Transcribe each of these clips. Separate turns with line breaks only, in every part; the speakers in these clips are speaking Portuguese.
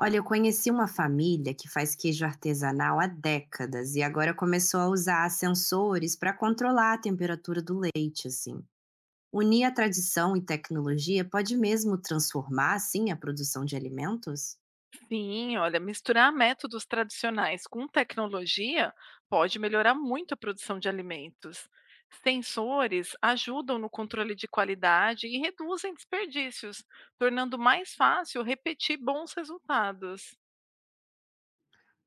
Olha, eu conheci uma família que faz queijo artesanal há décadas e agora começou a usar sensores para controlar a temperatura do leite, assim. Unir a tradição e tecnologia pode mesmo transformar, assim, a produção de alimentos?
Sim, olha, misturar métodos tradicionais com tecnologia pode melhorar muito a produção de alimentos. Sensores ajudam no controle de qualidade e reduzem desperdícios, tornando mais fácil repetir bons resultados.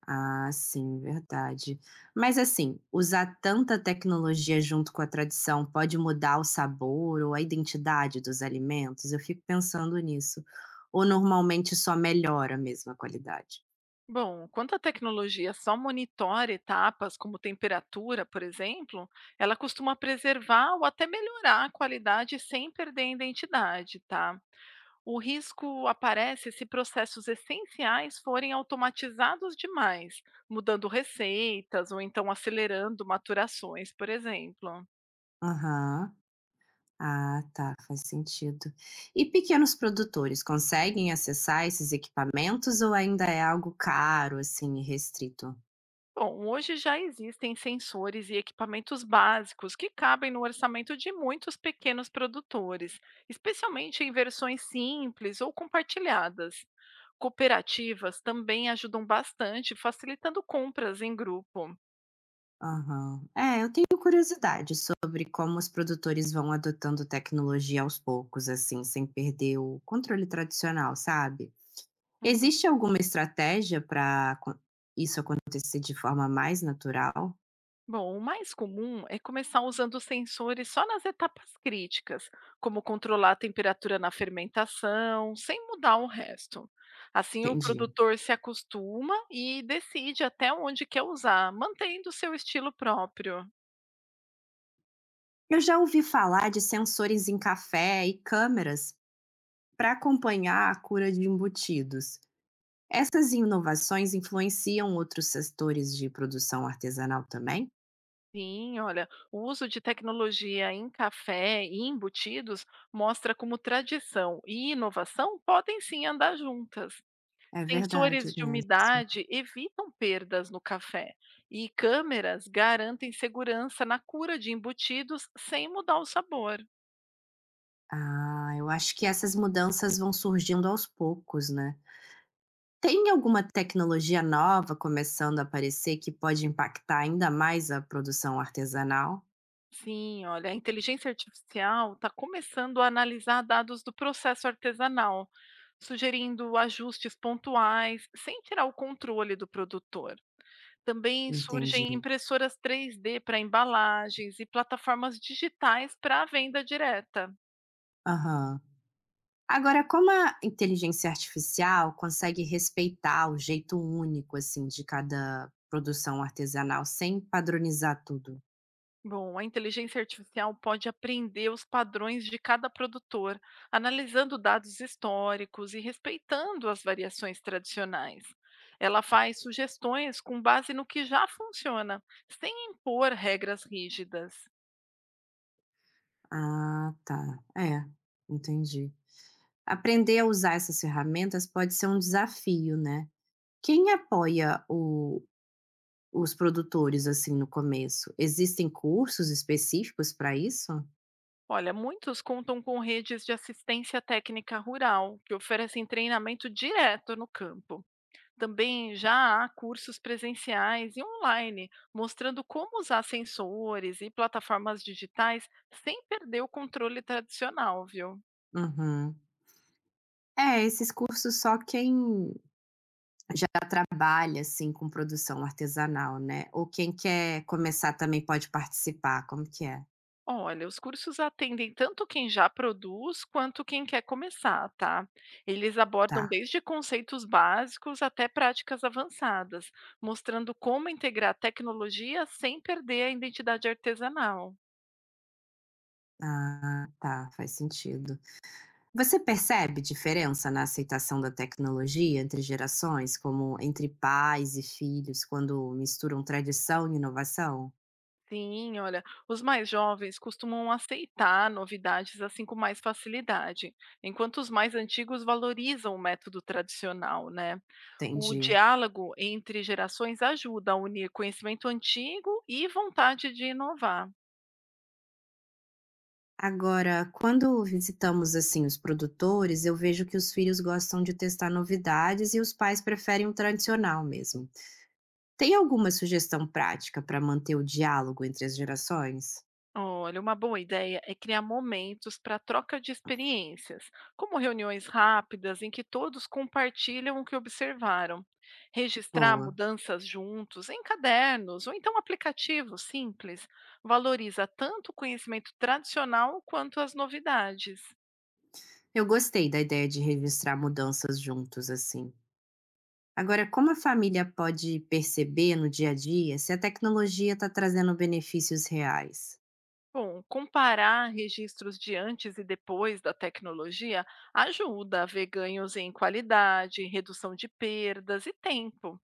Ah, sim, verdade. Mas assim, usar tanta tecnologia junto com a tradição pode mudar o sabor ou a identidade dos alimentos? Eu fico pensando nisso. Ou normalmente só melhora mesmo a qualidade?
Bom, quando a tecnologia só monitora etapas como temperatura, por exemplo, ela costuma preservar ou até melhorar a qualidade sem perder a identidade, tá? O risco aparece se processos essenciais forem automatizados demais, mudando receitas ou então acelerando maturações, por exemplo.
Aham. Ah, tá, faz sentido. E pequenos produtores conseguem acessar esses equipamentos ou ainda é algo caro, assim, e restrito?
Bom, hoje já existem sensores e equipamentos básicos que cabem no orçamento de muitos pequenos produtores, especialmente em versões simples ou compartilhadas. Cooperativas também ajudam bastante, facilitando compras em grupo.
Aham. É, eu tenho curiosidade sobre como os produtores vão adotando tecnologia aos poucos, assim, sem perder o controle tradicional, sabe?
Uhum.
Existe alguma estratégia para isso acontecer de forma mais natural?
Bom, o mais comum é começar usando os sensores só nas etapas críticas, como controlar a temperatura na fermentação, sem mudar o resto. Assim, o
Entendi.
produtor se acostuma e decide até onde quer usar, mantendo seu estilo próprio.
Eu já ouvi falar de sensores em café e câmeras para acompanhar a cura de embutidos. Essas inovações influenciam outros setores de produção artesanal também?
Sim, olha, o uso de tecnologia em café e embutidos mostra como tradição e inovação podem sim andar juntas.
É verdade
Sensores de
mesmo.
umidade evitam perdas no café e câmeras garantem segurança na cura de embutidos sem mudar o sabor.
Ah, eu acho que essas mudanças vão surgindo aos poucos, né? Tem alguma tecnologia nova começando a aparecer que pode impactar ainda mais a produção artesanal?
Sim, olha, a inteligência artificial está começando a analisar dados do processo artesanal, sugerindo ajustes pontuais, sem tirar o controle do produtor. Também
Entendi.
surgem impressoras 3D para embalagens e plataformas digitais para a venda direta.
Aham. Agora, como a inteligência artificial consegue respeitar o jeito único, assim, de cada produção artesanal sem padronizar tudo?
Bom, a inteligência artificial pode aprender os padrões de cada produtor, analisando dados históricos e respeitando as variações tradicionais. Ela faz sugestões com base no que já funciona, sem impor regras rígidas.
Ah, tá. É, entendi. Aprender a usar essas ferramentas pode ser um desafio, né? Quem apoia o- os produtores, assim, no começo? Existem cursos específicos para isso?
Olha, muitos contam com redes de assistência técnica rural, que oferecem treinamento direto no campo. Também já há cursos presenciais e online, mostrando como usar sensores e plataformas digitais sem perder o controle tradicional, viu?
Uhum. É, esses cursos só quem já trabalha assim com produção artesanal, né? Ou quem quer começar também pode participar, como que é?
Olha, os cursos atendem tanto quem já produz quanto quem quer começar, tá? Eles abordam
Tá.
desde conceitos básicos até práticas avançadas, mostrando como integrar tecnologia sem perder a identidade artesanal.
Ah, tá, faz sentido. Você percebe diferença na aceitação da tecnologia entre gerações, como entre pais e filhos, quando misturam tradição e inovação?
Sim, olha, os mais jovens costumam aceitar novidades assim com mais facilidade, enquanto os mais antigos valorizam o método tradicional, né? O
Entendi.
diálogo entre gerações ajuda a unir conhecimento antigo e vontade de inovar.
Agora, quando visitamos assim os produtores, eu vejo que os filhos gostam de testar novidades e os pais preferem o tradicional mesmo. Tem alguma sugestão prática para manter o diálogo entre as gerações?
Olha, uma boa ideia é criar momentos para troca de experiências, como reuniões rápidas em que todos compartilham o que observaram. Registrar
Boa.
mudanças juntos em cadernos ou então aplicativos simples valoriza tanto o conhecimento tradicional quanto as novidades.
Eu gostei da ideia de registrar mudanças juntos assim. Agora, como a família pode perceber no dia a dia se a tecnologia está trazendo benefícios reais?
Bom, comparar registros de antes e depois da tecnologia ajuda a ver ganhos em qualidade, redução de perdas e tempo.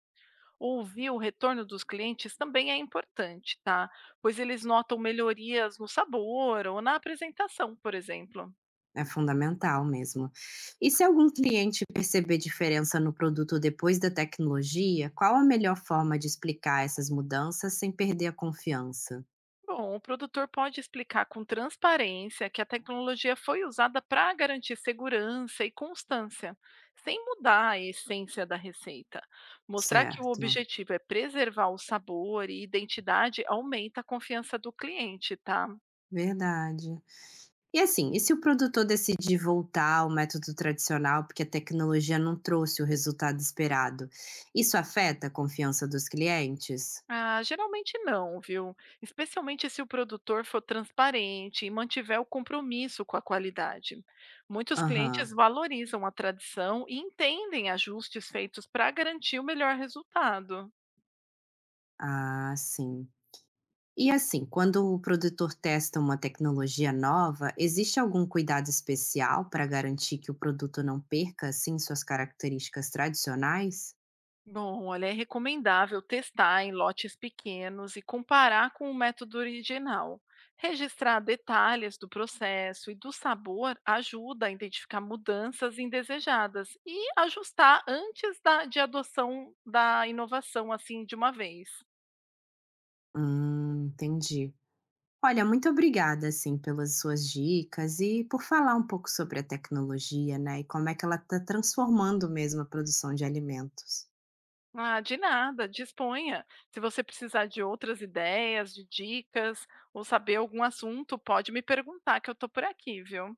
Ouvir o retorno dos clientes também é importante, tá? Pois eles notam melhorias no sabor ou na apresentação, por exemplo.
É fundamental mesmo. E se algum cliente perceber diferença no produto depois da tecnologia, qual a melhor forma de explicar essas mudanças sem perder a confiança?
Bom, o produtor pode explicar com transparência que a tecnologia foi usada para garantir segurança e constância, sem mudar a essência da receita. Mostrar que o
Certo,
objetivo é preservar o sabor e identidade aumenta a confiança do cliente, tá?
verdade. E assim, e se o produtor decidir voltar ao método tradicional porque a tecnologia não trouxe o resultado esperado, isso afeta a confiança dos clientes?
Ah, geralmente não, viu? Especialmente se o produtor for transparente e mantiver o compromisso com a qualidade. Muitos clientes
Aham,
valorizam a tradição e entendem ajustes feitos para garantir o melhor resultado.
ah, sim. E assim, quando o produtor testa uma tecnologia nova, existe algum cuidado especial para garantir que o produto não perca, assim, suas características tradicionais?
Bom, olha, é recomendável testar em lotes pequenos e comparar com o método original. Registrar detalhes do processo e do sabor ajuda a identificar mudanças indesejadas e ajustar antes de adoção da inovação, assim, de uma vez.
Entendi. Olha, muito obrigada, assim, pelas suas dicas e por falar um pouco sobre a tecnologia, né, e como é que ela está transformando mesmo a produção de alimentos.
Ah, de nada, disponha. Se você precisar de outras ideias, de dicas ou saber algum assunto, pode me perguntar que eu estou por aqui, viu?